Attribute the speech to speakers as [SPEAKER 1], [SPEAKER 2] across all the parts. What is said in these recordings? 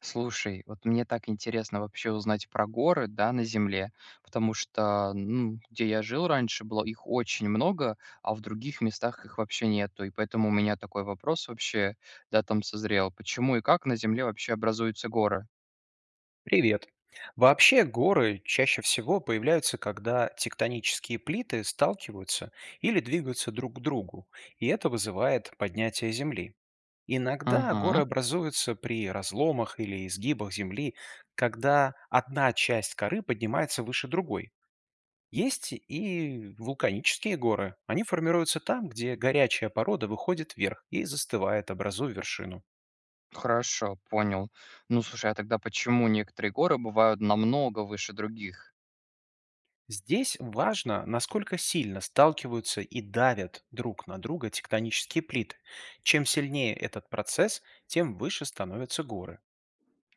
[SPEAKER 1] Слушай, вот мне так интересно вообще узнать про горы, да, на Земле, потому что, ну, где я жил раньше, было их очень много, а в других местах их вообще нету. И поэтому у меня такой вопрос вообще, да, там созрел. Почему и как на Земле вообще образуются горы?
[SPEAKER 2] Привет. Вообще горы чаще всего появляются, когда тектонические плиты сталкиваются или двигаются друг к другу, и это вызывает поднятие Земли. Иногда горы
[SPEAKER 1] Угу,
[SPEAKER 2] образуются при разломах или изгибах Земли, когда одна часть коры поднимается выше другой. Есть и вулканические горы. Они формируются там, где горячая порода выходит вверх и застывает, образуя вершину.
[SPEAKER 1] хорошо, понял. Ну, слушай, а тогда почему некоторые горы бывают намного выше других?
[SPEAKER 2] Здесь важно, насколько сильно сталкиваются и давят друг на друга тектонические плиты. Чем сильнее этот процесс, тем выше становятся горы.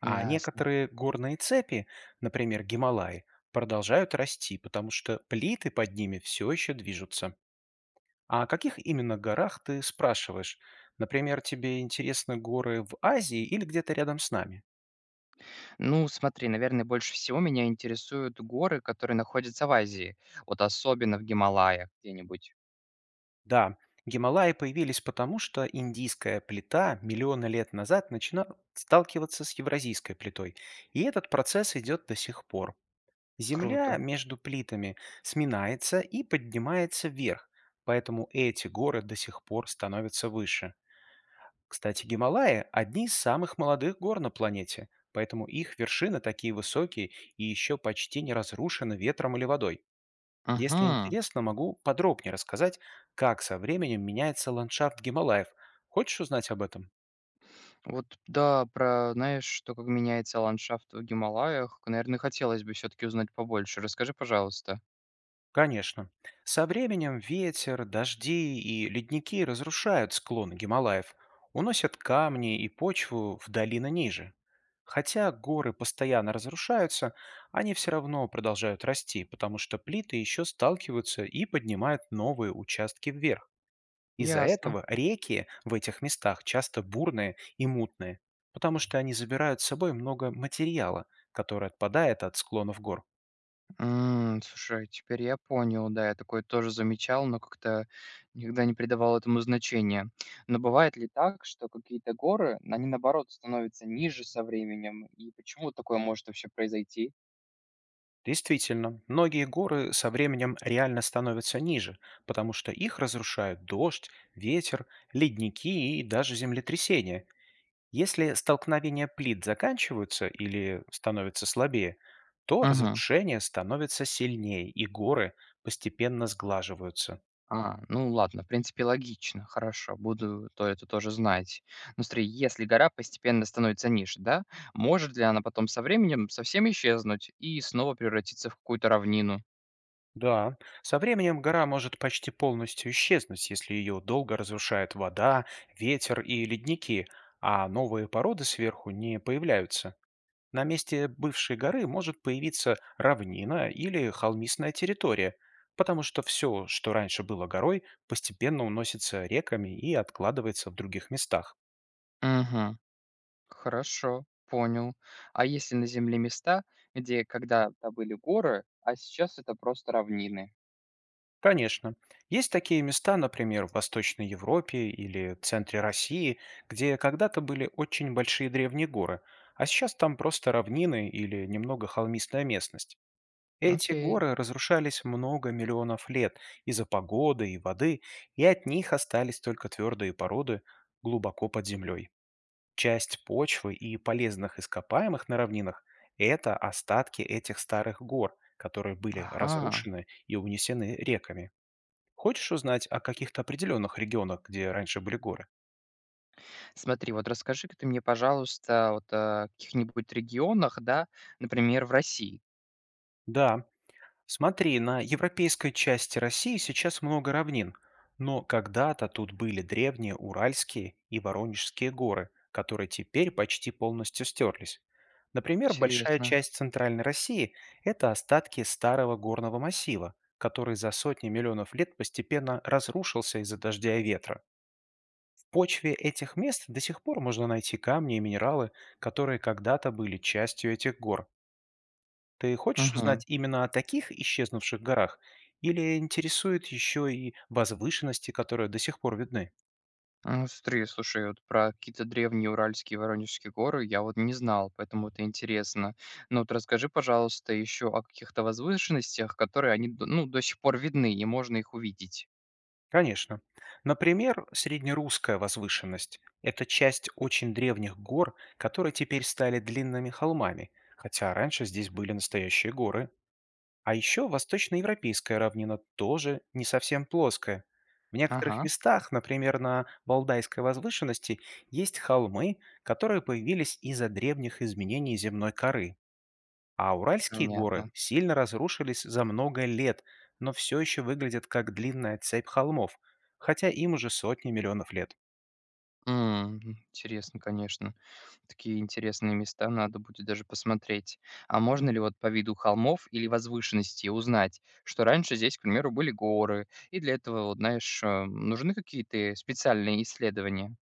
[SPEAKER 2] А
[SPEAKER 1] Ясно.
[SPEAKER 2] некоторые горные цепи, например, Гималаи, продолжают расти, потому что плиты под ними все еще движутся. А о каких именно горах ты спрашиваешь? Например, тебе интересны горы в Азии или где-то рядом с нами?
[SPEAKER 1] Ну, смотри, наверное, больше всего меня интересуют горы, которые находятся в Азии, вот особенно в Гималаях где-нибудь.
[SPEAKER 2] Да, Гималаи появились потому, что индийская плита миллионы лет назад начала сталкиваться с евразийской плитой, и этот процесс идет до сих пор. Земля
[SPEAKER 1] Круто.
[SPEAKER 2] между плитами сминается и поднимается вверх, поэтому эти горы до сих пор становятся выше. Кстати, Гималаи – одни из самых молодых гор на планете, поэтому их вершины такие высокие и еще почти не разрушены ветром или водой. Если
[SPEAKER 1] Ага.
[SPEAKER 2] интересно, могу подробнее рассказать, как со временем меняется ландшафт Гималаев. Хочешь узнать об этом?
[SPEAKER 1] Вот да, про, знаешь, что как меняется ландшафт в Гималаях, наверное, хотелось бы все-таки узнать побольше. Расскажи, пожалуйста.
[SPEAKER 2] Конечно. Со временем ветер, дожди и ледники разрушают склоны Гималаев, уносят камни и почву в долины ниже. Хотя горы постоянно разрушаются, они все равно продолжают расти, потому что плиты еще сталкиваются и поднимают новые участки вверх. Из-за
[SPEAKER 1] Ясно.
[SPEAKER 2] этого реки в этих местах часто бурные и мутные, потому что они забирают с собой много материала, который отпадает от склонов гор.
[SPEAKER 1] М, слушай, теперь я понял, да, я такое тоже замечал, но как-то никогда не придавал этому значения. Но бывает ли так, что какие-то горы, они наоборот становятся ниже со временем? И почему такое может вообще произойти?
[SPEAKER 2] Действительно, многие горы со временем реально становятся ниже, потому что их разрушают дождь, ветер, ледники и даже землетрясения. Если столкновения плит заканчиваются или становятся слабее, то разрушение становится сильнее, и горы постепенно сглаживаются.
[SPEAKER 1] А, ну ладно, в принципе, логично. Хорошо, буду то это тоже знать. Ну смотри, если гора постепенно становится ниже, да, может ли она потом со временем совсем исчезнуть и снова превратиться в какую-то равнину?
[SPEAKER 2] Да, со временем гора может почти полностью исчезнуть, если ее долго разрушает вода, ветер и ледники, а новые породы сверху не появляются. На месте бывшей горы может появиться равнина или холмистая территория, потому что все, что раньше было горой, постепенно уносится реками и откладывается в других местах.
[SPEAKER 1] Угу, хорошо, понял. А если на Земле места, где когда-то были горы, а сейчас это просто равнины?
[SPEAKER 2] Конечно. Есть такие места, например, в Восточной Европе или в центре России, где когда-то были очень большие древние горы, а сейчас там просто равнины или немного холмистая местность. Эти
[SPEAKER 1] Окей.
[SPEAKER 2] горы разрушались много миллионов лет из-за погоды и воды, и от них остались только твердые породы глубоко под землей. Часть почвы и полезных ископаемых на равнинах – это остатки этих старых гор, которые были
[SPEAKER 1] Ага.
[SPEAKER 2] разрушены и унесены реками. Хочешь узнать о каких-то определенных регионах, где раньше были горы?
[SPEAKER 1] Смотри, вот расскажи-ка ты мне, пожалуйста, вот о каких-нибудь регионах, да, например, в России.
[SPEAKER 2] Да. Смотри, на европейской части России сейчас много равнин, но когда-то тут были древние Уральские и Воронежские горы, которые теперь почти полностью стерлись. Например, большая
[SPEAKER 1] Интересно.
[SPEAKER 2] часть центральной России – это остатки старого горного массива, который за сотни миллионов лет постепенно разрушился из-за дождя и ветра. Почве этих мест до сих пор можно найти камни и минералы, которые когда-то были частью этих гор. Ты хочешь узнать
[SPEAKER 1] Мгм.
[SPEAKER 2] именно о таких исчезнувших горах? Или интересует еще и возвышенности, которые до сих пор видны?
[SPEAKER 1] Ну, смотри, слушай, вот про какие-то древние Уральские и Воронежские горы я вот не знал, поэтому это интересно. Но вот расскажи, пожалуйста, еще о каких-то возвышенностях, которые они, ну, до сих пор видны, и можно их увидеть.
[SPEAKER 2] Конечно. Например, среднерусская возвышенность – это часть очень древних гор, которые теперь стали длинными холмами, хотя раньше здесь были настоящие горы. А еще восточноевропейская равнина тоже не совсем плоская. В некоторых
[SPEAKER 1] Ага,
[SPEAKER 2] местах, например, на Валдайской возвышенности, есть холмы, которые появились из-за древних изменений земной коры. А Уральские
[SPEAKER 1] понятно.
[SPEAKER 2] горы сильно разрушились за много лет, но все еще выглядят как длинная цепь холмов, хотя им уже сотни миллионов лет.
[SPEAKER 1] М, интересно, конечно. Такие интересные места надо будет даже посмотреть. А можно ли вот по виду холмов или возвышенностей узнать, что раньше здесь, к примеру, были горы, и для этого, вот, знаешь, нужны какие-то специальные исследования?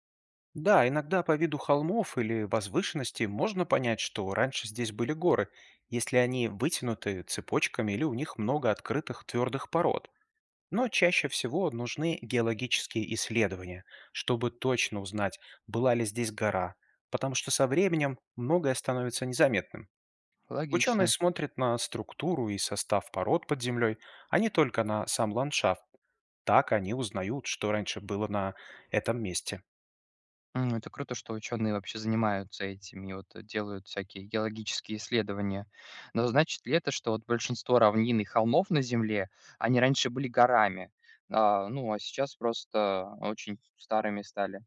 [SPEAKER 2] Да, иногда по виду холмов или возвышенностей можно понять, что раньше здесь были горы, если они вытянуты цепочками или у них много открытых твердых пород. Но чаще всего нужны геологические исследования, чтобы точно узнать, была ли здесь гора, потому что со временем многое становится незаметным. Ученые
[SPEAKER 1] Логично.
[SPEAKER 2] смотрят на структуру и состав пород под землей, а не только на сам ландшафт. Так они узнают, что раньше было на этом месте.
[SPEAKER 1] М, это круто, что ученые вообще занимаются этим и вот делают всякие геологические исследования. Но значит ли это, что вот большинство равнин и холмов на Земле, они раньше были горами, а, ну, а сейчас просто очень старыми стали?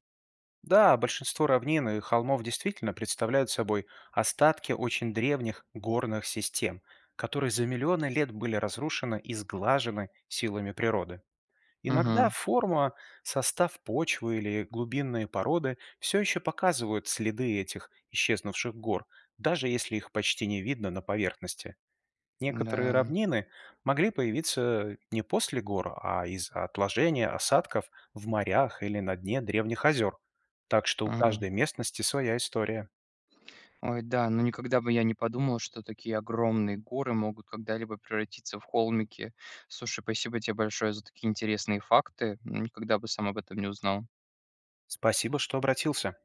[SPEAKER 2] Да, большинство равнин и холмов действительно представляют собой остатки очень древних горных систем, которые за миллионы лет были разрушены и сглажены силами природы. Иногда
[SPEAKER 1] Угу,
[SPEAKER 2] форма, состав почвы или глубинные породы все еще показывают следы этих исчезнувших гор, даже если их почти не видно на поверхности. Некоторые
[SPEAKER 1] Да.
[SPEAKER 2] равнины могли появиться не после гор, а из-за отложения осадков в морях или на дне древних озер. Так что у
[SPEAKER 1] Мгм.
[SPEAKER 2] каждой местности своя история.
[SPEAKER 1] Ой, да, ну никогда бы я не подумал, что такие огромные горы могут когда-либо превратиться в холмики. Слушай, спасибо тебе большое за такие интересные факты. Никогда бы сам об этом не узнал.
[SPEAKER 2] Спасибо, что обратился.